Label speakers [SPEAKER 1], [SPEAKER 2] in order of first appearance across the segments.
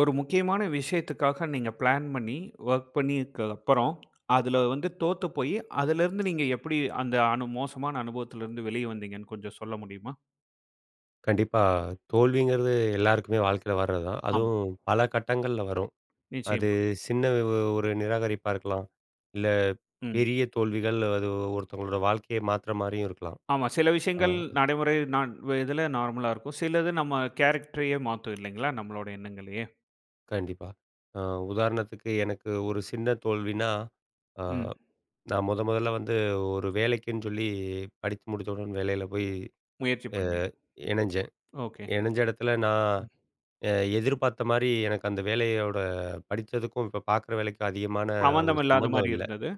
[SPEAKER 1] ஒரு முக்கியமான விஷயத்துக்காக நீங்க பிளான் பண்ணி, வொர்க் பண்ணிக்கு அப்புறம், அதுல வந்து தோத்து போயி, அதுலருந்து நீங்க எப்படி அந்த மோசமான அனுபவத்திலருந்து வெளிய வந்தீங்கன்னு கொஞ்சம் சொல்ல முடியுமா?
[SPEAKER 2] கண்டிப்பா. தோல்விங்கிறது எல்லாருக்குமே வாழ்க்கையில வர்றது தான்.
[SPEAKER 1] ஆமா.
[SPEAKER 2] அதுவும் பல கட்டங்கள்ல வரும். அது
[SPEAKER 1] நிச்சயமா.
[SPEAKER 2] சின்ன ஒரு நிராகரிப்பா இருக்கலாம். இல்ல
[SPEAKER 1] ம்.
[SPEAKER 2] பெரிய தோல்விகள் அது ஒருத்தவங்களோட வாழ்க்கைய மாத்துற மாரியும் இருக்கலாம்.
[SPEAKER 1] ஆமா. சில
[SPEAKER 2] ஆ
[SPEAKER 1] விஷயங்கள் நடைமுறை நான் இதுல நார்மலா இருக்கும். சிலது நம்ம கேரக்டரையே மாத்தும் இல்லைங்களா? நம்மளோட எண்ணங்களையே.
[SPEAKER 2] கண்டிப்பா. அ உதாரணத்துக்கு எனக்கு ஒரு சின்ன தோல்வின்னா, அ
[SPEAKER 1] ம்.
[SPEAKER 2] நான் மொதல்ல வந்து ஒரு வேலைக்குன்னு சொல்லி படித்து முடித்தவுடன் வேலையில போய்
[SPEAKER 1] முயற்சி
[SPEAKER 2] அ
[SPEAKER 1] பண்ணீங்க.
[SPEAKER 2] இணஞ்சேன்.
[SPEAKER 1] ஓகே.
[SPEAKER 2] இணஞ்ச இடத்துல நான்
[SPEAKER 1] ம்.
[SPEAKER 2] அ எதிர்பார்த்த மாரி எனக்கு அந்த வேலையோட படிச்சதுக்கும், இப்ப பார்க்குற வேலைக்கும் அதிகமான ஒரு
[SPEAKER 1] சம்மந்தம் இல்லாத
[SPEAKER 2] சம்பந்தம்
[SPEAKER 1] மாரி
[SPEAKER 2] இல்ல.
[SPEAKER 1] இருந்தது.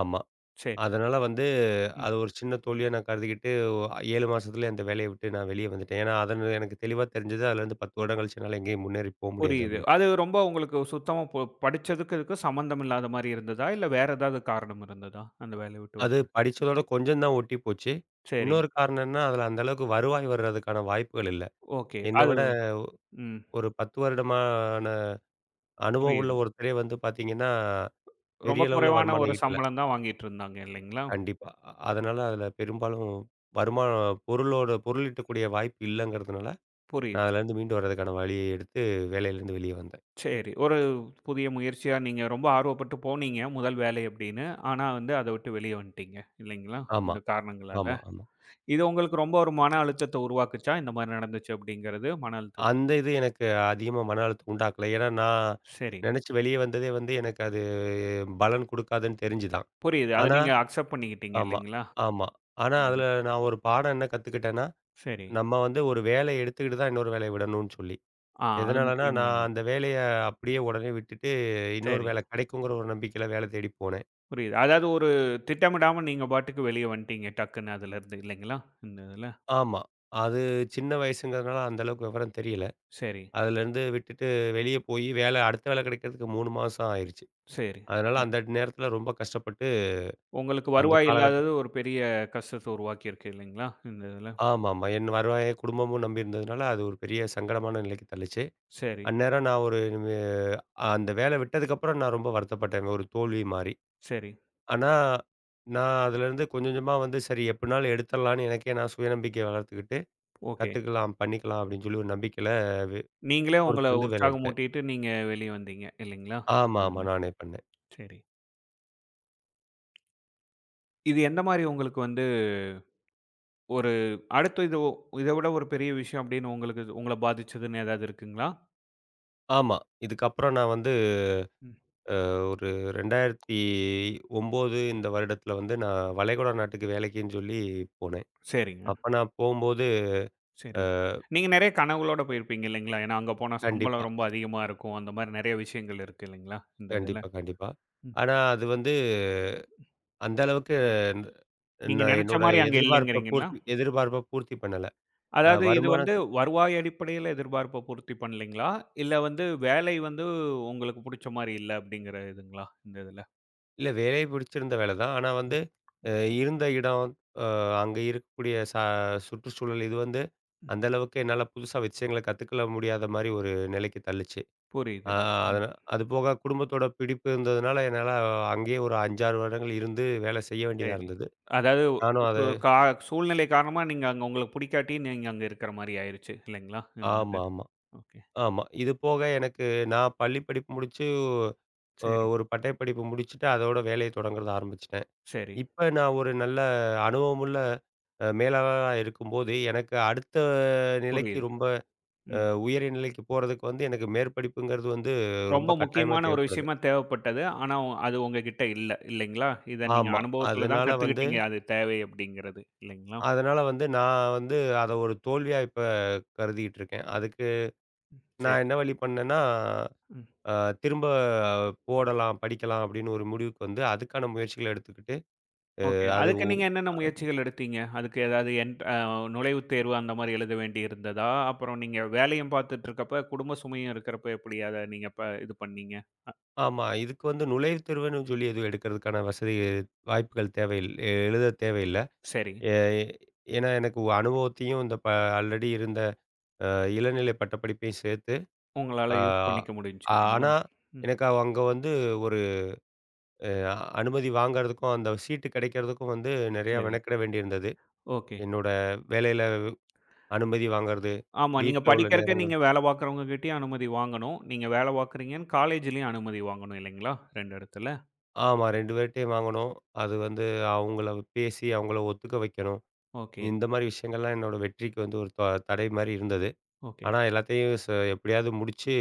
[SPEAKER 2] ஆமா.
[SPEAKER 1] சரி.
[SPEAKER 2] அதனால வந்து
[SPEAKER 1] ம்.
[SPEAKER 2] அது ஒரு சின்ன தோல்வியா நான் கருதிக்கிட்டு, ஒ 7 மாசத்துலயே அந்த வேலைய விட்டு நான் வெளிய வந்துட்டேன். ஏன்னா, அதன்னு எனக்கு தெளிவா தெரிஞ்சது. அதுலேருந்து 10 வருடம் கழிச்சு என்னால எங்கேயும் முன்னேறி போ முடியாது
[SPEAKER 1] புரியுது.
[SPEAKER 2] அப்படின்னு.
[SPEAKER 1] அது ரொம்ப உங்களுக்கு சுத்தமா படிச்சதுக்கு இதுக்கும் சம்மந்தம் இல்லாத மாரி இருந்ததா? இல்ல வேற ஏதாவது காரணம் இருந்ததா? அந்த வேலைய விட்டு
[SPEAKER 2] அது படிச்சதோட கொஞ்சம் தான் ஒட்டி போச்சு.
[SPEAKER 1] சரி.
[SPEAKER 2] இன்னொரு காரணம் என்ன, அதுல அந்த அளவுக்கு வருவாய் வர்றதுக்கான வாய்ப்புகள் இல்ல.
[SPEAKER 1] ஓகே.
[SPEAKER 2] என்ன
[SPEAKER 1] அது
[SPEAKER 2] விட
[SPEAKER 1] ம்.
[SPEAKER 2] ஒரு 10 வருடமான அனுபவம் உள்ள
[SPEAKER 1] புரியுது.
[SPEAKER 2] ஒருத்தரே வந்து பார்த்தீங்கன்னா,
[SPEAKER 1] ரொம்ப
[SPEAKER 2] பெரிய அளவுல
[SPEAKER 1] குறைவான
[SPEAKER 2] வருமானம்
[SPEAKER 1] ஒரு
[SPEAKER 2] ஈட்டல.
[SPEAKER 1] சம்பளம் தான் வாங்கிட்டு இருந்தாங்க இல்லைங்களா?
[SPEAKER 2] கண்டிப்பா. அதனால அதுல பெரும்பாலும் வருமானம் பொருள் ஈட்டக்கூடிய வாய்ப்பு இல்லங்கிறதுனால,
[SPEAKER 1] புரியுது.
[SPEAKER 2] நான் அதுலேருந்து மீண்டு வர்றதுக்கான வழிய எடுத்து வேலையிலேருந்து வெளிய வந்தேன்.
[SPEAKER 1] சரி. ஒரு புதிய முயற்சியா நீங்க ரொம்ப ஆர்வப்பட்டு போனீங்க, முதல் வேலை அப்படின்னு. ஆனா வந்து அத விட்டு வெளிய வந்துட்டீங்க இல்லைங்களா?
[SPEAKER 2] ஆமா,
[SPEAKER 1] இந்த காரணங்களால.
[SPEAKER 2] ஆமா, ஆமா.
[SPEAKER 1] இது உங்களுக்கு ரொம்ப ஒரு மன அழுத்தத்த உருவாக்குச்சா? இந்த மாரி நடந்துச்சு அப்படிங்கிறது மன அழுத்தத்த
[SPEAKER 2] அந்த இது எனக்கு அதிகமா மன அழுத்தம் உண்டாக்கல. ஏன்னா, நான்
[SPEAKER 1] சரி.
[SPEAKER 2] நெனச்சு வெளிய வந்ததே வந்து எனக்கு அது பலன் குடுக்காதுன்னு தெரிஞ்சு தான்.
[SPEAKER 1] புரியுது. அத
[SPEAKER 2] ஆனா
[SPEAKER 1] நீங்க அக்செப்ட் பண்ணிக்கிட்டீங்க
[SPEAKER 2] ஆமா,
[SPEAKER 1] இல்லைங்களா?
[SPEAKER 2] ஆமா. ஆனா
[SPEAKER 1] ம்.
[SPEAKER 2] அதுல நான் ஒரு பாடம் என்ன கத்துக்கிட்டேன்னா,
[SPEAKER 1] சரி.
[SPEAKER 2] நம்ம வந்து ஒரு வேலைய எடுத்துக்கிட்டு தான் இன்னொரு வேலைய விடணும்னு சொல்லி.
[SPEAKER 1] ஆ அது
[SPEAKER 2] எதனாலன்னா,
[SPEAKER 1] முக்கியமான
[SPEAKER 2] நான் அந்த
[SPEAKER 1] தான்.
[SPEAKER 2] வேலைய அப்படியே உடனே விட்டுட்டு, இன்னொரு
[SPEAKER 1] சரி.
[SPEAKER 2] வேலை கெடைக்குங்கிற ஒரு நம்பிக்கையில வேல தேடி போனேன்.
[SPEAKER 1] புரியுது. அதாவது ஒரு திட்டமிடாம நீங்க பாட்டுக்கு வெளிய வந்துட்டீங்க டக்குன்னு அதுலருந்து இல்லைங்களா? இந்த இதுல.
[SPEAKER 2] ஆமா. அது சின்ன வயசுங்கிறதுனால அந்த அளவுக்கு விவரம் தெரியல.
[SPEAKER 1] சரி,
[SPEAKER 2] அதுலேருந்து விட்டுட்டு வெளிய போயி அடுத்த வேலை கிடைக்கிறதுக்கு 3 மாசம் ஆயிருச்சு.
[SPEAKER 1] சரி,
[SPEAKER 2] அதனால
[SPEAKER 1] சரி.
[SPEAKER 2] அந்த நேரத்தில ரொம்ப கஷ்டப்பட்டு
[SPEAKER 1] உங்களுக்கு
[SPEAKER 2] அந்த
[SPEAKER 1] வருவாய்
[SPEAKER 2] காலகட்டம்
[SPEAKER 1] இல்லாதது ஒரு பெரிய கஷ்டத்த உருவாக்கியிருக்கு இல்லைங்களா? இந்த இதுல.
[SPEAKER 2] ஆமாமா. என் வருவாய குடும்பமும் நம்பி இருந்ததுனால, அது ஒரு பெரிய சங்கடமான நிலைக்கு தள்ளுச்சு.
[SPEAKER 1] சரி,
[SPEAKER 2] அந்நேரம் நான் ஒரு வே அந்த வேலை விட்டதுக்கப்புறம் நான் ரொம்ப வருத்தப்பட்டேன். ஒரு தோல்வி மாரி.
[SPEAKER 1] சரி.
[SPEAKER 2] ஆனா, நான் அதுலேருந்து கொஞ்சம் கொஞ்சமா வந்து சரி எப்டினாலும் எடுத்துடலான்னு எனக்கே நான் சுயநம்பிக்கை வளர்த்துக்கிட்டு,
[SPEAKER 1] ஓகே.
[SPEAKER 2] கத்துக்கலாம், பண்ணிக்கலாம் அப்டின்னு சொல்லி ஒரு நம்பிக்கையில வே
[SPEAKER 1] நீங்களே உங்கள
[SPEAKER 2] பொறுத்திருந்து வேலை எடுத்தேன்.
[SPEAKER 1] உற்சாகமூட்டிட்டு நீங்க வெளிய வந்தீங்க இல்லைங்களா? இந்த
[SPEAKER 2] ஆமாமா.
[SPEAKER 1] இதுல.
[SPEAKER 2] நானே பண்ணேன்.
[SPEAKER 1] சரி. இது எந்த மாரி உங்களுக்கு வந்து ஒரு அடுத்து இது இத விட ஒரு பெரிய விஷயம் அப்படின்னு உங்களுக்கு உங்கள பாதிச்சதுன்னு ஏதாவது இருக்குங்களா?
[SPEAKER 2] ஆமா. இதுக்கப்புறம் நான் வந்து
[SPEAKER 1] ம்.
[SPEAKER 2] ஒரு 2009 இந்த வருடத்துல வந்து நான் வளைகுடா நாட்டுக்கு வேலைக்குன்னு சொல்லி போனேன்.
[SPEAKER 1] சரிங்க.
[SPEAKER 2] அப்ப நான் போம்போது
[SPEAKER 1] சரி. நீங்க நெறைய கனவுகளோட போயிருப்பீங்க இல்லைங்களா? ஏன்னா அங்க போனா
[SPEAKER 2] கண்டிப்பா,
[SPEAKER 1] சம்பளம் ரொம்ப அதிகமா இருக்கும். அந்த மாரி நெறைய விஷயங்கள் இருக்கு இல்லைங்களா? இந்த இதுல.
[SPEAKER 2] கண்டிப்பா, கண்டிப்பா.
[SPEAKER 1] ம்.
[SPEAKER 2] ஆனா அது வந்து அந்த அளவுக்கு ந-
[SPEAKER 1] நீங்க
[SPEAKER 2] நான்
[SPEAKER 1] நெனைச்ச
[SPEAKER 2] என்னோட
[SPEAKER 1] மாரி அங்க
[SPEAKER 2] எதிர்பார்ப்ப
[SPEAKER 1] இல்லைங்கிறீங்களா?
[SPEAKER 2] பூர்த்தி எதிர்பார்ப்ப பூர்த்தி பண்ணல. அ
[SPEAKER 1] அதாவது இது வந்து
[SPEAKER 2] வருமானத்து
[SPEAKER 1] வருவாய் அடிப்படையில எதிர்பார்ப்ப பூர்த்தி பண்ணலீங்களா? இல்ல வந்து வேலை வந்து உங்களுக்கு புடிச்ச மாரி இல்ல அப்படிங்கிற இதுங்களா? இந்த இதுல.
[SPEAKER 2] இல்ல வேலை பிடிச்சிருந்த வேலை தான். ஆனா வந்து அ இருந்த இடம், அ அங்க இருக்கக்கூடிய சுற்றுச்சூழல் இது வந்து
[SPEAKER 1] ம்.
[SPEAKER 2] அந்த அளவுக்கு என்னால புதுசா விஷயங்கள கத்துக்கல முடியாத மாரி ஒரு நிலைக்கு தள்ளுச்சு.
[SPEAKER 1] புரியுது.
[SPEAKER 2] ஆ
[SPEAKER 1] ம்.
[SPEAKER 2] அதனா அது போக குடும்பத்தோட பிடிப்பு இருந்ததுனால, என்னால அங்கேயே ஒரு 5, 6 வருடங்கள் இருந்து வேலை செய்ய வேண்டியதா
[SPEAKER 1] சரி.
[SPEAKER 2] இருந்தது.
[SPEAKER 1] அதாவது
[SPEAKER 2] நானும் அத
[SPEAKER 1] இப்போ சூழ்நிலை காரணமா நீங்க அங்க உங்களுக்கு புடிக்காட்டி நீங்க அங்க இருக்கிற மாரி ஆயிருச்சு இல்லைங்களா? இந்த இது.
[SPEAKER 2] ஆமா, ஆமா,
[SPEAKER 1] ஓகே.
[SPEAKER 2] ஆமா. இது போக எனக்கு நான் பள்ளி படிப்பு முடிச்சு,
[SPEAKER 1] சரி,
[SPEAKER 2] ஒரு பட்டய படிப்பு முடிச்சுட்டு, அதோட வேலைய தொடங்குறத ஆரம்பிச்சுட்டேன்.
[SPEAKER 1] சரி.
[SPEAKER 2] இப்ப நான் ஒரு நல்ல அனுபவமுள்ள மேலாளரா இருக்கும்போது, எனக்கு அடுத்த நிலைக்கு
[SPEAKER 1] புரியுது.
[SPEAKER 2] ரொம்ப அ
[SPEAKER 1] ம்.
[SPEAKER 2] உயரிய நிலைக்கு போறதுக்கு வந்து எனக்கு மேற்படிப்புங்கிறது வந்து ரொம்ப
[SPEAKER 1] ரொம்ப
[SPEAKER 2] கட்டாயமா
[SPEAKER 1] முக்கியமான ஒரு
[SPEAKER 2] தேவைப்படுது.
[SPEAKER 1] விஷயமா தேவைப்பட்டது. ஆனா அது உங்ககிட்ட இல்ல இல்லைங்களா? இத நீங்க
[SPEAKER 2] ஆமா.
[SPEAKER 1] அனுபவத்துல தான்
[SPEAKER 2] அதனால வந்து
[SPEAKER 1] கத்துக்கிட்டீங்க அது தேவை அப்படிங்கிறது இல்லைங்களா?
[SPEAKER 2] அதனால வந்து நான் வந்து அத ஒரு தோல்வியா இப்ப கருதிட்டு இருக்கேன். அதுக்கு
[SPEAKER 1] ம்.
[SPEAKER 2] நான்
[SPEAKER 1] சரி.
[SPEAKER 2] என்ன வழி பண்ணேன்னா,
[SPEAKER 1] ம்.
[SPEAKER 2] அ திரும்ப போடலாம், படிக்கலாம் அப்படின்னு ஒரு முடிவுக்கு வந்து அதுக்கான முயற்சிகள எடுத்துக்கிட்டு,
[SPEAKER 1] ஓகே.
[SPEAKER 2] அது
[SPEAKER 1] அதுக்கு
[SPEAKER 2] ஒ
[SPEAKER 1] நீங்க என்னென்ன முயற்சிகள் எடுத்தீங்க? அதுக்கு ஏதாவது என் அ நுழைவுத் தேர்வு அந்த மாரி எழுத வேண்டி இருந்ததா? அப்புறம் நீங்க வேலையும் பார்த்துட்டுருக்கப்ப, குடும்ப சுமையும் இருக்கிறப்ப எப்படி அத நீங்க இது பண்ணீங்க?
[SPEAKER 2] ஆமா. இதுக்கு வந்து நுழைவுத் தேர்வுன்னு சொல்லி எதுவும் எடுக்கிறதுக்கான வசதி வாய்ப்புகள் தேவையில் எழுத தேவையில்ல.
[SPEAKER 1] சரி.
[SPEAKER 2] எ ஏன்னா எனக்கு அனுபவத்தையும் இந்த ப ஆல்ரெடி இருந்த அ இளநிலை பட்டப்படிப்பையும் சேர்த்து,
[SPEAKER 1] உங்களால யூஸ்
[SPEAKER 2] அஹ்,
[SPEAKER 1] பண்ணிக்க முடிஞ்சுச்சு
[SPEAKER 2] ஆ
[SPEAKER 1] இல்லைங்களா?
[SPEAKER 2] ஆனா
[SPEAKER 1] ம்.
[SPEAKER 2] எனக்கு அங்க வந்து ஒரு அ அனுமதி வாங்குறதுக்கும், அந்த சீட்டு கிடைக்கிறதுக்கும் வந்து நெறையா
[SPEAKER 1] சரி.
[SPEAKER 2] மெனக்கிட வேண்டியிருந்தது.
[SPEAKER 1] ஓகே.
[SPEAKER 2] என்னோட வேலையில அனுமதி வாங்குறது,
[SPEAKER 1] ஆமா. நீங்க
[SPEAKER 2] வீட்ல உள்ள
[SPEAKER 1] படிக்கிறக்கு
[SPEAKER 2] நேரங்கள்
[SPEAKER 1] நீங்க வேலை பார்க்குறவங்க கிட்டயும் அனுமதி வாங்கணும். நீங்க வேலை பார்க்குறீங்கன்னு காலேஜ்லயும் அனுமதி வாங்கணும் இல்லைங்களா? 2 இடத்துல.
[SPEAKER 2] ஆமா 2 பேர்ட்டயும் வாங்கணும். அது வந்து அவங்கள பேசி அவங்கள ஒத்துக்க வைக்கணும்.
[SPEAKER 1] ஓகே,
[SPEAKER 2] இந்த மாரி விஷயங்கள்லாம் என்னோட வெற்றிக்கு வந்து ஒரு தடை மாரி இருந்தது.
[SPEAKER 1] ஓகே.
[SPEAKER 2] ஆனா எல்லாத்தையும் எப்படியாவது முடிச்சு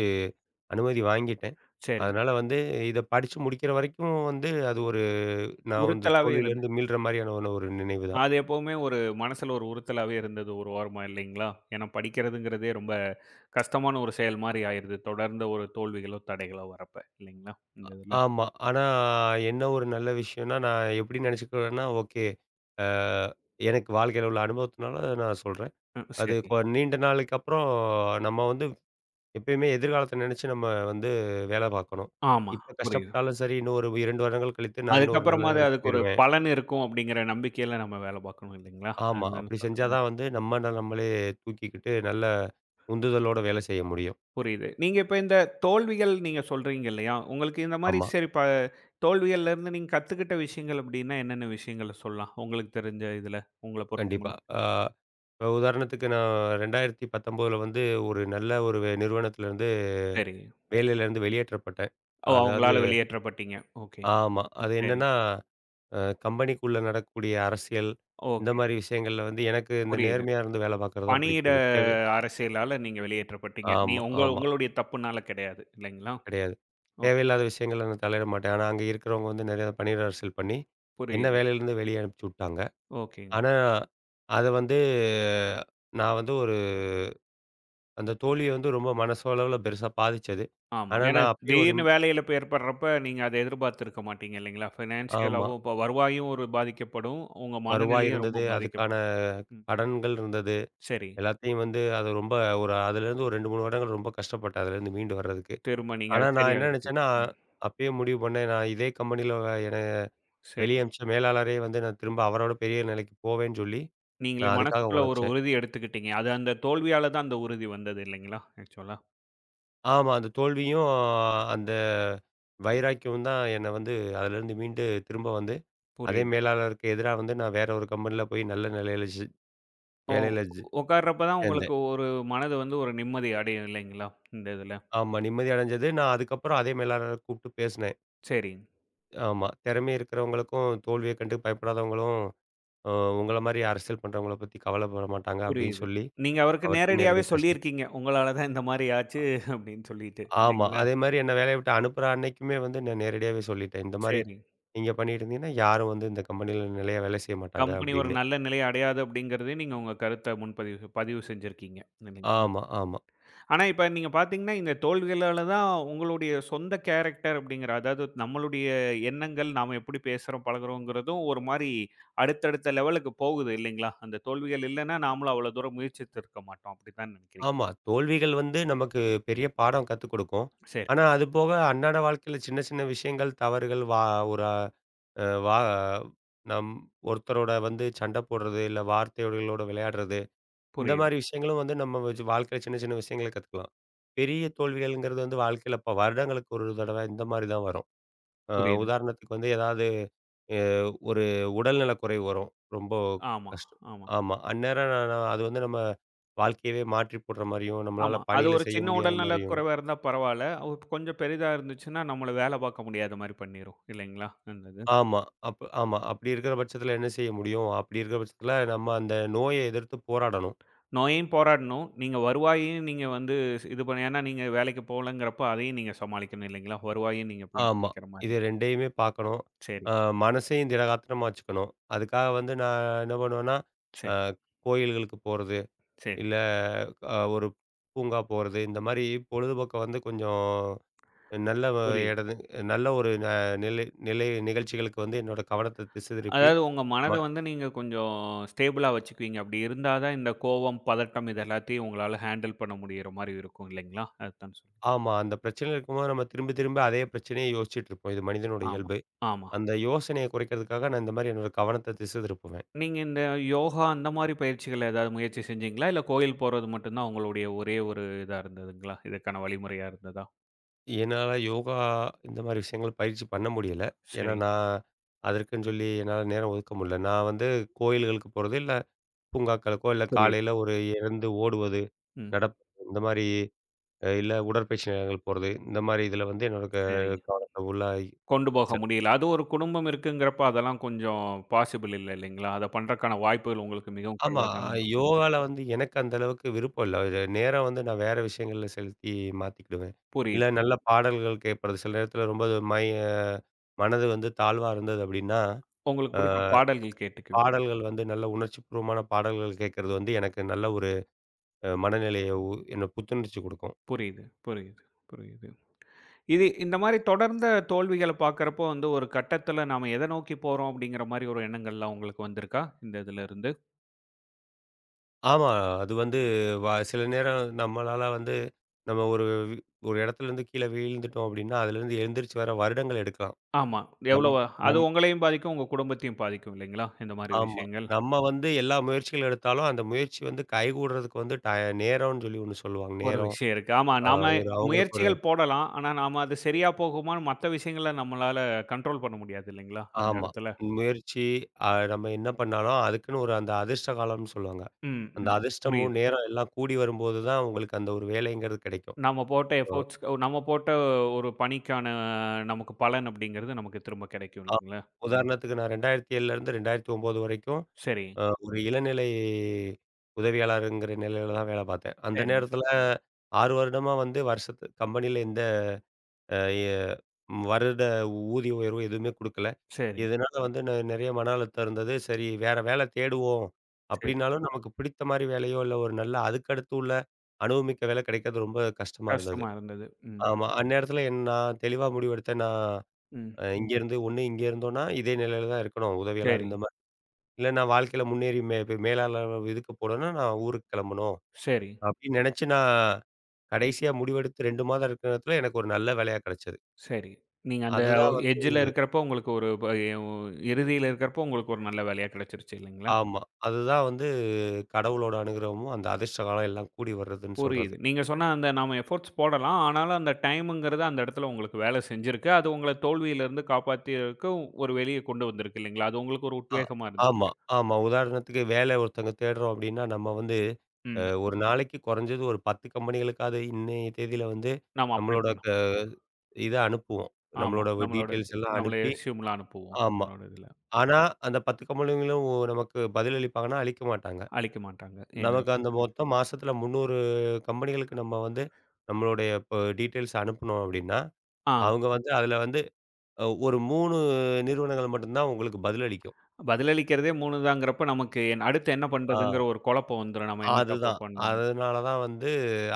[SPEAKER 2] அனுமதி வாங்கிட்டேன்.
[SPEAKER 1] சரி.
[SPEAKER 2] அதனால வந்து இத படிச்சு முடிக்கிற வரைக்கும் வந்து அது ஒரு நான் வந்து
[SPEAKER 1] உறுத்தலாவே இரு
[SPEAKER 2] தோல்வியிலேருந்து மீள்ற மாரியான ஒரு நினைவு தான்.
[SPEAKER 1] அது எப்பவுமே ஒரு மனசுல ஒரு உறுத்தலாவே இருந்தது ஒரு ஓரமா இல்லைங்களா? ஏன்னா படிக்கிறதுங்கிறதே ரொம்ப கஷ்டமான ஒரு செயல் மாரி ஆயிருது. தொடர்ந்த ஒரு தோல்விகளோ, தடைகளோ வரப்ப இல்லைங்களா? இந்த இதுல.
[SPEAKER 2] ஆமா. ஆனா, என்ன ஒரு நல்ல விஷயம்னா, நான் எப்படி நினைச்சுக்குவேன்னா, ஓகே. அ எனக்கு வாழ்க்கையில உள்ள அனுபவத்தினால நான் சொல்றேன்.
[SPEAKER 1] ம்
[SPEAKER 2] அது
[SPEAKER 1] சரி.
[SPEAKER 2] கொ நீண்ட நாளுக்கு அப்புறம் நம்ம வந்து எப்பயுமே எதிர்காலத்த நினைச்சு நம்ம வந்து வேலை பார்க்கணும்.
[SPEAKER 1] ஆமா
[SPEAKER 2] இப்ப
[SPEAKER 1] புரியுது.
[SPEAKER 2] கஷ்டப்பட்டாலும் சரி, இன்னும் ஒரு 2 வருடங்கள் கழித்து நான் இன்னும் ஒரு நல்ல
[SPEAKER 1] அதுக்கப்புறமாவது
[SPEAKER 2] நிலைக்கு
[SPEAKER 1] அதுக்கு ஒரு
[SPEAKER 2] போயிருவேன்.
[SPEAKER 1] பலன் இருக்கும் அப்படிங்கிற நம்பிக்கையில நம்ம வேல பார்க்கணும் இல்லைங்களா?
[SPEAKER 2] ஆமா.
[SPEAKER 1] அதுதானே
[SPEAKER 2] அப்படி செஞ்சா
[SPEAKER 1] சொல்றீங்க.
[SPEAKER 2] தான் வந்து நம்ம நம்மளே தூக்கிக்கிட்டு நல்ல உந்துதலோட வேலை செய்ய முடியும்.
[SPEAKER 1] புரியுது. நீங்க இப்ப இந்த தோல்விகள் நீங்க சொல்றீங்க இல்லையா? உங்களுக்கு இந்த மாரி
[SPEAKER 2] ஆமா,
[SPEAKER 1] சரி தோல்விகள்ல இருந்து நீங்க கத்துக்கிட்ட விஷயங்கள் அப்படின்னா என்னென்ன விஷயங்கள சொல்லலாம்? உங்களுக்கு தெரிஞ்ச இதுல உங்கள பொறுத்த
[SPEAKER 2] கண்டிப்பா.
[SPEAKER 1] முடியும்.
[SPEAKER 2] அ இப்ப உதாரணத்துக்கு நான் 2019ல வந்து ஒரு நிறுவனத்தில இருந்து
[SPEAKER 1] சரி.
[SPEAKER 2] வேலையிலேருந்து வெளியேற்றப்பட்டேன்.
[SPEAKER 1] ஓ!
[SPEAKER 2] அதாவது
[SPEAKER 1] அவங்களால வெளியேற்றப்பட்டீங்க. ஓகே.
[SPEAKER 2] ஆமா. அது
[SPEAKER 1] சரி.
[SPEAKER 2] என்னன்னா, அ கம்பெனிக்குள்ள நடக்கக்கூடிய அரசியல், இந்த
[SPEAKER 1] ஓகே.
[SPEAKER 2] மாரி விஷயங்கள்ல வந்து எனக்கு இந்த
[SPEAKER 1] புரியுது.
[SPEAKER 2] நேர்மையா இருந்து வேலை பார்க்கறது தான்
[SPEAKER 1] பணியிட
[SPEAKER 2] பிடிக்கும். இந்த தேவை
[SPEAKER 1] அரசியலால நீங்க வெளியேற்றப்பட்டீங்க.
[SPEAKER 2] ஆமா,
[SPEAKER 1] உங்க
[SPEAKER 2] ஆமா.
[SPEAKER 1] உங்களுடைய தப்புனால கிடையாது. இல்லைங்களா?
[SPEAKER 2] கிடையாது.
[SPEAKER 1] ஓ
[SPEAKER 2] தேவையில்லாத விஷயங்கள்ல நான் தலையிட மாட்டேன். ஆனா, அங்க இருக்கிறவங்க வந்து நெறைய பணியிட அரசியல் பண்ணி, என்ன
[SPEAKER 1] புரியுது.
[SPEAKER 2] வேலையிலேருந்து வெளிய அனுப்பிச்சு விட்டாங்க.
[SPEAKER 1] ஓகேங்க.
[SPEAKER 2] ஆனா, அத வந்து நான் வந்து ஒரு அந்த தோல்வி வந்து ரொம்ப மனசளவுல பெருசா பாதிச்சது.
[SPEAKER 1] ஆமா.
[SPEAKER 2] ஆனா,
[SPEAKER 1] ஏன்னா
[SPEAKER 2] நான் அப்பயே ஒரு
[SPEAKER 1] திடீர்னு வேலை இழப்பு ஏற்படுறப்ப, நீங்க அத எதிர்பார்த்திருக்க மாட்டீங்க இல்லைங்களா?
[SPEAKER 2] ஆமா.
[SPEAKER 1] ஃபினான்ஷியலாவும் இப்ப வருவாயும் ஒரு பாதிக்கப்படும். உங்க
[SPEAKER 2] வருவாய்
[SPEAKER 1] மனநிலையும் ரொம்ப
[SPEAKER 2] இருந்தது. அதுக்கான
[SPEAKER 1] பாதிக்கப்படும். ம்.
[SPEAKER 2] கடன்கள் இருந்தது.
[SPEAKER 1] சரி.
[SPEAKER 2] எல்லாத்தையும் வந்து அது ரொம்ப ஒரு அதுலேருந்து ஒரு 2, 3 வருடங்கள் ரொம்ப கஷ்டப்பட்டேன் அதுலேருந்து மீண்டு வர்றதுக்கு.
[SPEAKER 1] திரும்ப நீங்க
[SPEAKER 2] ஆனா
[SPEAKER 1] அது
[SPEAKER 2] நான் என்ன
[SPEAKER 1] சரியாகுறதுக்கு.
[SPEAKER 2] நினச்சேன்னா,
[SPEAKER 1] ம்.
[SPEAKER 2] அப்பயே முடிவு பண்ணேன் நான் இதே கம்பெனியில என்ன
[SPEAKER 1] சரி.
[SPEAKER 2] வெளிய அனுப்பிச்ச மேலாளரே வந்து நான் திரும்ப அவரோட பெரிய நிலைக்கு போவேன்னு சொல்லி,
[SPEAKER 1] நீங்களே
[SPEAKER 2] நான் அதுக்காக
[SPEAKER 1] மனசுக்குள்ள ஒரு
[SPEAKER 2] உழைச்சேன்.
[SPEAKER 1] உறுதி எடுத்துக்கிட்டீங்க. அது அந்த தோல்வியால தான் அந்த உறுதி வந்தது இல்லைங்களா? ஆக்சுவலா.
[SPEAKER 2] ஆமா அந்த தோல்வியும் அந்த வைராக்கியம் தான் என்ன வந்து அதுலேருந்து மீண்டு திரும்ப வந்து அதே
[SPEAKER 1] புரியுது.
[SPEAKER 2] மேலாளருக்கு எதிரா வந்து நான் வேற ஒரு கம்பெனியில போய் நல்ல நிலையில சி
[SPEAKER 1] ஓ!
[SPEAKER 2] வேலையில ஜி
[SPEAKER 1] உட்கார்றப்ப தான் உங்களுக்கு
[SPEAKER 2] சேர்ந்தேன்.
[SPEAKER 1] ஒரு மனது வந்து ஒரு நிம்மதி அடையும் இல்லைங்களா? இந்த இதுல.
[SPEAKER 2] ஆமா நிம்மதி அடைஞ்சது. நான் அதுக்கப்புறம் அதே மேலாளர கூப்பிட்டு பேசினேன்.
[SPEAKER 1] சரிங்க.
[SPEAKER 2] ஆமா திறமை இருக்கிறவங்களுக்கும் தோல்விய கண்டு பயப்படாதவங்களும் அ உங்கள மாரி அரசியல் பண்றவங்கள பத்தி கவலைப்பட மாட்டாங்க அப்படின்னு
[SPEAKER 1] புரியுது.
[SPEAKER 2] சொல்லி,
[SPEAKER 1] நீங்க அவருக்கு
[SPEAKER 2] அவர்ட்டயே
[SPEAKER 1] நேரடியாவே
[SPEAKER 2] நேரடியா பேசுனேன்.
[SPEAKER 1] சொல்லியிருக்கீங்க. உங்களால தான் இந்த மாரி ஆச்சு அப்படின்னு சொல்லிட்டு.
[SPEAKER 2] ஆமா.
[SPEAKER 1] இல்லைங்களா?
[SPEAKER 2] அதே மாரி என்ன வேலைய விட்டு அனுப்புற அன்னைக்குமே வந்து நான் நேரடியாவே சொல்லிட்டேன். இந்த மாரி
[SPEAKER 1] சரி.
[SPEAKER 2] நீங்க பண்ணிட்டு இருந்தீங்கன்னா, யாரும் வந்து இந்த கம்பெனியில நிலையா வேலை செய்ய மாட்டாங்க
[SPEAKER 1] கம்பெனி ஒரு
[SPEAKER 2] அப்படின்னு.
[SPEAKER 1] நல்ல நிலை அடையாது அப்படிங்கிறதையும் நீங்க உங்க கருத்த பதிவு செஞ்சிருக்கீங்க. இல்லைங்களா?
[SPEAKER 2] ஆமா, ஆமா,
[SPEAKER 1] ஆனா, இப்ப நீங்க பார்த்தீங்கன்னா, இந்த தோல்விகளால தான் உங்களுடைய சொந்த கேரக்டர் அப்படிங்கிற அதாவது நம்மளுடைய எண்ணங்கள், நாம எப்படி பேசுறோம், பழகுறோங்கிறதும் ஒரு மாரி அடுத்தடுத்த லெவலுக்கு போகுது இல்லைங்களா? அந்த தோல்விகள் இல்லன்னா, நாமளும் அவ்வளோ தூரம் முயற்சித்திருக்க மாட்டோம். அப்படித்தான் நினைக்கிறீங்க.
[SPEAKER 2] ஆமா. தோல்விகள் வந்து நமக்கு பெரிய பாடம் கத்துக் குடுக்கும்.
[SPEAKER 1] சரி.
[SPEAKER 2] ஆனா அது போக அன்றாட வாழ்க்கையில சின்ன சின்ன விஷயங்கள், தவறுகள் வா ஒரு அ வா நம் ஒருத்தரோட வந்து சண்டை போடுறது, இல்ல வார்த்தைகளோட விளையாடுறது இந்த
[SPEAKER 1] புரியுது,
[SPEAKER 2] மாரி விஷயங்களும் வந்து நம்ம வச்சு வாழ்க்கையில சின்ன சின்ன விஷயங்கள கத்துக்கலாம். பெரிய தோல்விகள்ங்கிறது வந்து வாழ்க்கையில இப்ப வருடங்களுக்கு ஒரு தடவ இந்த மாரி தான் வரும். அ
[SPEAKER 1] புரியுது.
[SPEAKER 2] உதாரணத்துக்கு வந்து ஏதாவது அ ஒரு உடல்நல குறைவு வரும். ரொம்ப
[SPEAKER 1] ஆமா,
[SPEAKER 2] கஷ்டம்.
[SPEAKER 1] ஆமா,
[SPEAKER 2] ஆமா. அந்நேரம் நா நா அது வந்து நம்ம வாழ்க்கையவே மாற்றி போடுற மாரியும்,
[SPEAKER 1] ஆமா.
[SPEAKER 2] நம்மளால
[SPEAKER 1] அது
[SPEAKER 2] பணியில
[SPEAKER 1] ஒரு
[SPEAKER 2] செய்ய
[SPEAKER 1] சின்ன
[SPEAKER 2] முடியாத
[SPEAKER 1] உடல்நலக்
[SPEAKER 2] மாரியும்
[SPEAKER 1] குறைவா இருந்தா பரவால்ல. கொஞ்சம் பெரிதா இருந்துச்சுன்னா, நம்மள வேல பார்க்க முடியாத மாரி பண்ணிரும். இல்லைங்களா? அந்த இது.
[SPEAKER 2] ஆமா. அப்ப ஆமா. அப்படி இருக்கிற பட்சத்தில என்ன செய்ய முடியும்? அப்படி இருக்கிற பட்சத்தில நம்ம அந்த நோய எதிர்த்து போராடணும்.
[SPEAKER 1] நோயையும் போராடணும். நீங்க வருவாயையும் நீங்க வந்து இது பண்ணி ஏன்னா நீங்க வேலைக்கு போகலங்கிறப்போ அதையும் நீங்க சமாளிக்கணும் இல்லைங்களா? வருவாயும் நீங்க பிளான்
[SPEAKER 2] ஆமா.
[SPEAKER 1] பண்ணிக்கிற மாரி.
[SPEAKER 2] இது 2யுமே பார்க்கணும்.
[SPEAKER 1] சரி,
[SPEAKER 2] அ மனசையும் திடகாத்திரமா வச்சுக்கணும். அதுக்காக வந்து நான் என்ன பண்ணுவேன்னா,
[SPEAKER 1] சரி,
[SPEAKER 2] அ கோயில்களுக்கு போறது,
[SPEAKER 1] சரி.
[SPEAKER 2] இல்ல ஒரு பூங்கா போறது, இந்த மாரி பொழுதுபோக்க வந்து கொஞ்சம் நல்ல வ
[SPEAKER 1] புரியுது.
[SPEAKER 2] இடது நல்ல ஒரு ந நிலை நிலை நிகழ்ச்சிகளுக்கு வந்து என்னோட கவனத்த திசை திருப்பி
[SPEAKER 1] அதாவது உங்க மனத
[SPEAKER 2] ம
[SPEAKER 1] வந்து நீங்க கொஞ்சம் ஸ்டேபிளா வச்சுக்குவீங்க. அப்படி இருந்தா தான் இந்த கோவம், பதட்டம் இது எல்லாத்தையும் உங்களால ஹேண்டில் பண்ண முடியிற மாரி இருக்கும் இல்லைங்களா? அதுதான் சொல்ல
[SPEAKER 2] ஆமா. அந்த பிரச்சனையில இருக்கும்போது நம்ம திரும்ப திரும்ப அதே பிரச்சனைய யோசிச்சுட்டு இருப்போம். இது மனிதனோட
[SPEAKER 1] ஆமா,
[SPEAKER 2] இயல்பு.
[SPEAKER 1] ஆமா.
[SPEAKER 2] அந்த யோசனைய குறைக்கிறதுக்காக நான் இந்த மாரி என்னோட கவனத்த திசை திருப்புவேன்.
[SPEAKER 1] நீங்க இந்த யோகா அந்த மாரி பயிற்சிகள் ஏதாவது முயற்சி செஞ்சீங்களா? இல்ல கோயில் போறது மட்டும் தான் உங்களுடைய ஒரே ஒரு இதா இருந்ததுங்களா? இதுக்கான வழிமுறையா இருந்ததா?
[SPEAKER 2] என்னால யோகா இந்த மாரி விஷயங்கள் பயிற்சி பண்ண முடியல. ஏன்னா,
[SPEAKER 1] சரி.
[SPEAKER 2] நான் அதற்குன்னு சொல்லி என்னால நேரம் ஒதுக்க முடியல. நான் வந்து கோயில்களுக்கு போறது, இல்ல பூங்காக்களுக்கோ, இல்ல
[SPEAKER 1] புரியுது.
[SPEAKER 2] காலையில ஒரு எழுந்து ஓடுவது,
[SPEAKER 1] ம்.
[SPEAKER 2] நடப்பது இந்த மாரி இல்ல உடற்பயிற்சி நிலையங்கள் போறது. இந்த மாரி இதில வந்து என்னோட
[SPEAKER 1] சரி.
[SPEAKER 2] கவனத்த ஃபுல்லா
[SPEAKER 1] கொண்டு போக
[SPEAKER 2] செலு
[SPEAKER 1] முடியல. அது ஒரு குடும்பம் இருக்குங்கிறப்ப, அதெல்லாம் கொஞ்சம் பாசிபிள் இல்ல இல்லைங்களா? அத பண்றக்கான வாய்ப்புகள் உங்களுக்கு மிகவும்
[SPEAKER 2] ஆமா.
[SPEAKER 1] குறைவா தான இருக்கும்.
[SPEAKER 2] யோகால வந்து எனக்கு அந்த அளவுக்கு விருப்பம் இல்ல. இது நேரம் வந்து நான் வேற விஷயங்கள்ல செலுத்தி மாத்திக்கிடுவேன். இல்ல
[SPEAKER 1] புரியுது.
[SPEAKER 2] நல்ல பாடல்கள் கேட்பது. சில நேரத்தில ரொம்ப மய மனது வந்து தாழ்வா இருந்தது அப்படின்னா,
[SPEAKER 1] உங்களுக்கு
[SPEAKER 2] அ
[SPEAKER 1] பிடிச்ச பாடல்கள் கேட்டுக்குவீங்க.
[SPEAKER 2] பாடல்கள் வந்து நல்ல உணர்ச்சிபூர்வமான பாடல்கள் கேட்கறது வந்து எனக்கு நல்ல ஒரு மனநிலைய என்ன புத்துணர்ச்சி குடுக்கும்.
[SPEAKER 1] புரியுது, புரியுது, புரியுது. இது இந்த மாரி தொடர்ந்த தோல்விகள பார்க்கறப்போ வந்து ஒரு கட்டத்துல நாம எத நோக்கி போறோம் அப்படிங்கிற மாரி ஒரு எண்ணங்கள்லாம் உங்களுக்கு வந்திருக்கா? இந்த இதுல இருந்து?
[SPEAKER 2] ஆமா. அது வந்து வ சில நேரம் நம்மளால வந்து நம்ம ஒரு வி- ஒரு இடத்துலருந்து கீழ வீழ்ந்துட்டோம் அப்டின்னா, அதுலருந்து எந்திரிச்சு வர வருடங்கள் எடுக்கலாம்.
[SPEAKER 1] ஆமா.
[SPEAKER 2] நம்
[SPEAKER 1] எவ்வளவு அது
[SPEAKER 2] நம்
[SPEAKER 1] உங்களையும் பாதிக்கும், உங்க குடும்பத்தையும் பாதிக்கும் இல்லைங்களா? இந்த மாரி
[SPEAKER 2] ஆமா.
[SPEAKER 1] விஷயங்கள்.
[SPEAKER 2] நம்ம வந்து எல்லா முயற்சிகள் எடுத்தாலும், அந்த முயற்சி வந்து கைகூடுறதுக்கு வந்து டய நேரம்னு சொல்லி ஒண்ணு சொல்லுவாங்க.
[SPEAKER 1] ஒரு
[SPEAKER 2] நேரம்,
[SPEAKER 1] விஷயம் இருக்கு. ஆமா,
[SPEAKER 2] அ
[SPEAKER 1] நாம
[SPEAKER 2] ஒரு அவங்களுக்கு ஒரு
[SPEAKER 1] முயற்சிகள் போடலாம். ஆனா, நாம அது சரியா போகுமான்னு மத்த விஷயங்கள நம்மளால கண்ட்ரோல் பண்ண முடியாது இல்லைங்களா? அந்த
[SPEAKER 2] ஆமா.
[SPEAKER 1] இடத்துல.
[SPEAKER 2] முயற்சி அ நம்ம என்ன பண்ணாலும், அதுக்குன்னு ஒரு அந்த அதிர்ஷ்ட காலம்னு சொல்லுவாங்க.
[SPEAKER 1] ம்,
[SPEAKER 2] அந்த
[SPEAKER 1] ம்.
[SPEAKER 2] அதிர்ஷ்டமும்,
[SPEAKER 1] புரியுது.
[SPEAKER 2] நேரம் எல்லாம் கூடி வரும்போது தான் உங்களுக்கு அந்த ஒரு வேலைங்கிறது கிடைக்கும்.
[SPEAKER 1] நம்ம போட்ட
[SPEAKER 2] அ
[SPEAKER 1] எஃபோர்ட்ஸ் நம்ம போட்ட ஒரு பணிக்கான நமக்கு பலன் அப்படிங்கிறது நமக்கு திரும்ப கிடைக்கும்
[SPEAKER 2] ஆ
[SPEAKER 1] இல்லைங்களா?
[SPEAKER 2] உதாரணத்துக்கு நான் 2007லருந்து 2009 வரைக்கும்
[SPEAKER 1] சரி,
[SPEAKER 2] ஒரு இளநிலை உதவியாளருங்கிற நிலையில தான் வேலை பார்த்தேன். அந்த
[SPEAKER 1] சரிங்க.
[SPEAKER 2] நேரத்தில 6 வருடமா வந்து வருஷத்து கம்பெனியில எந்த அ எ ம். வருட ஊதிய உயர்வு எதுவுமே குடுக்கல.
[SPEAKER 1] சரி,
[SPEAKER 2] இதனால வந்து நெறைய மன அழுத்தம் இருந்தது. சரி வேற வேல தேடுவோம்
[SPEAKER 1] சரி.
[SPEAKER 2] அப்டின்னாலும், நமக்கு பிடித்த மாரி வேலையோ, இல்ல ஒரு நல்ல அதுக்கடுத்து உள்ள அனுபவமிக்க வேல கிடைக்கிறது ரொம்ப கஷ்டமா இருந்தது.
[SPEAKER 1] கஷ்டமா இருந்தது. ம்,
[SPEAKER 2] ஆமா. அந்நேரத்துல நான் தெளிவா முடிவெடுத்தேன். நான்
[SPEAKER 1] ம்.
[SPEAKER 2] இங்கேருந்து ஒண்ணு இங்கே இருந்தோம்னா, இதே நிலையில தான் இருக்கணும். உதவியாளர்
[SPEAKER 1] சரி,
[SPEAKER 2] இந்த மாரி. இல்ல நான் வாழ்க்கையில முன்னேறி இப்ப மேலாளர் இதுக்கு போணும்னா, நான் ஊருக்கு கெளம்பணும்.
[SPEAKER 1] சரி,
[SPEAKER 2] அப்டின்னு நெனச்சு நான் கடைசியா முடிவெடுத்து 2 மாதம் இருக்கிற நேரத்துல எனக்கு ஒரு நல்ல வேலையா கெடச்சது.
[SPEAKER 1] சரி. நீங்க அந்த
[SPEAKER 2] அதுதான் வந்து
[SPEAKER 1] எட்ஜ்ல இருக்கிறப்போ உங்களுக்கு ஒரு ப இறுதியில இருக்கிறப்போ உங்களுக்கு ஒரு நல்ல வேலையா கிடைச்சிருச்சு இல்லைங்களா?
[SPEAKER 2] ஆமா. அதுதான் வந்து கடவுளோட அனுகிரகமும், அந்த அதிர்ஷ்ட காலம் எல்லாம் கூடி வர்றதுன்னு சொல்றது.
[SPEAKER 1] புரியுது. நீங்க சொன்ன அந்த நாம எஃபோர்ட்ஸ் போடலாம். ஆனாலும் அந்த டைம்ங்கிறது அந்த இடத்துல உங்களுக்கு வேலை செஞ்சிருக்கு. அது உங்கள தோல்வியிலிருந்து காப்பாத்தியதற்கு ஒரு வெளிய கொண்டு வந்திருக்கு இல்லைங்களா? அது உங்களுக்கு ஒரு
[SPEAKER 2] ஆ.
[SPEAKER 1] உத்வேகமா
[SPEAKER 2] ஆமா,
[SPEAKER 1] இருந்திருக்கு.
[SPEAKER 2] ஆமா. உதாரணத்துக்கு வேலை ஒருத்தங்க தேடுறோம் அப்டின்னா, நம்ம வந்து
[SPEAKER 1] ம்.
[SPEAKER 2] ஒரு நாளைக்கு குறைஞ்சது ஒரு 10 கம்பெனிகளுக்காவது இன்னைய தேதியில வந்து
[SPEAKER 1] நாம அப்ளை
[SPEAKER 2] நம்மளோட க
[SPEAKER 1] பண்ணோம்.
[SPEAKER 2] இத அனுப்புவோம்.
[SPEAKER 1] ஆமா.
[SPEAKER 2] நம்மளோட
[SPEAKER 1] நம்மளோட
[SPEAKER 2] டீட்டெயில்ஸ் எல்லாம்
[SPEAKER 1] நம்மள
[SPEAKER 2] அனுப்பி
[SPEAKER 1] எஸ்யூம்லாம் அனுப்புவோம்.
[SPEAKER 2] ஆமா.
[SPEAKER 1] நம்மளோட இதுல.
[SPEAKER 2] ஆனா, அந்த 10 கம்பெனிகளும் நமக்கு பதில் அளிப்பாங்கன்னா, அளிக்க மாட்டாங்க.
[SPEAKER 1] அளிக்க மாட்டாங்க. என்னன்னு
[SPEAKER 2] நமக்கு அந்த
[SPEAKER 1] சொல்லி.
[SPEAKER 2] மொத்தம் மாசத்துல 300 கம்பெனிகளுக்கு நம்ம வந்து நம்மளுடைய இப்ப டீட்டெயில்ஸ் அனுப்புனோம் அப்டின்னா,
[SPEAKER 1] ஆ
[SPEAKER 2] அவங்க வந்து அதுல வந்து ஒரு 3 நிறுவனங்கள் மட்டும் தான் உங்களுக்கு பதிலளிக்கும்.
[SPEAKER 1] பதிலளிக்கிறதே 3 தாங்கிறப்ப நமக்கு அடுத்து என்ன
[SPEAKER 2] ஆ
[SPEAKER 1] பண்றதுங்கிற ஒரு குழப்பம் வந்துரும். நம்ம என்ன தப்பு
[SPEAKER 2] அதுதான்.
[SPEAKER 1] பண்ணோம்.
[SPEAKER 2] அதனால தான் வந்து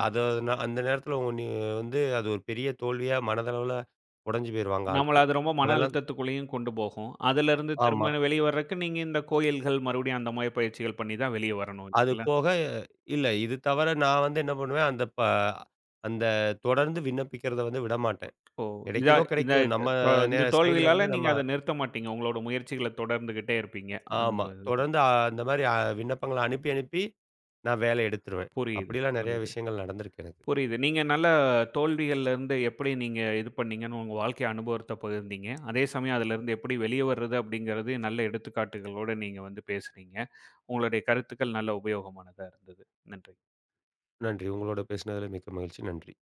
[SPEAKER 2] அத நான் அந்த நேரத்தில உ நீ வந்து அது ஒரு பெரிய தோல்வியா மனதளவுல உடைஞ்சு போயிருவாங்க
[SPEAKER 1] நம்மள
[SPEAKER 2] ஆட்கள்.
[SPEAKER 1] அது ரொம்ப மன
[SPEAKER 2] அதெல்லாம்
[SPEAKER 1] அழுத்தத்துக்குள்ளேயும் கொண்டு போகும். அதுலருந்து
[SPEAKER 2] ஆமா.
[SPEAKER 1] திரும்ப வெளிய வர்றக்கு நீங்க இந்த கோயில்கள் மறுபடியும் அந்த மாரி பயிற்சிகள் பண்ணி தான் வெளிய வரணும்
[SPEAKER 2] அது
[SPEAKER 1] இல்லைங்களா?
[SPEAKER 2] போக இல்ல இது தவிர நான் வந்து என்ன பண்ணுவேன், அந்த தொடர்ந்து விண்ணப்பிக்கிறத வந்து விடமாட்டேன்.
[SPEAKER 1] ஓ! இதா
[SPEAKER 2] கிடைக்குதோ
[SPEAKER 1] இந்த
[SPEAKER 2] கிடைக்கலையோ நம்ம
[SPEAKER 1] அ
[SPEAKER 2] நே
[SPEAKER 1] இந்த
[SPEAKER 2] சைட்ல இருந்து
[SPEAKER 1] தோல்விகளால நீங்க
[SPEAKER 2] நம்ம
[SPEAKER 1] அத நிறுத்த மாட்டீங்க. உங்களோட முயற்சிகள தொடர்ந்துகிட்டே இருப்பீங்க. அந்த
[SPEAKER 2] ஆமா.
[SPEAKER 1] இது.
[SPEAKER 2] தொடர்ந்து அந்த மாரி விண்ணப்பங்கள அனுப்பி நான் வேலை எடுத்துருவேன்.
[SPEAKER 1] புரியுது,
[SPEAKER 2] அப்படிலாம் நெறைய
[SPEAKER 1] புரியுது,
[SPEAKER 2] விஷயங்கள் நடந்திருக்கு எனக்கு.
[SPEAKER 1] புரியுது. நீங்க நல்ல தோல்விகள்லேருந்து எப்படி நீங்க இது பண்ணீங்கன்னு உங்க வாழ்க்கை அனுபவத்த பகிர்ந்தீங்க. அதே சமயம் அதுலருந்து எப்படி வெளிய வர்றது அப்படிங்கிறது நல்ல எடுத்துக்காட்டுகளோட நீங்க வந்து பேசுனீங்க. உங்களுடைய கருத்துக்கள் நல்ல உபயோகமானதா இருந்தது. நன்றி.
[SPEAKER 2] நன்றி. உங்களோட பேசினதில மிக்க மகிழ்ச்சி. நன்றி.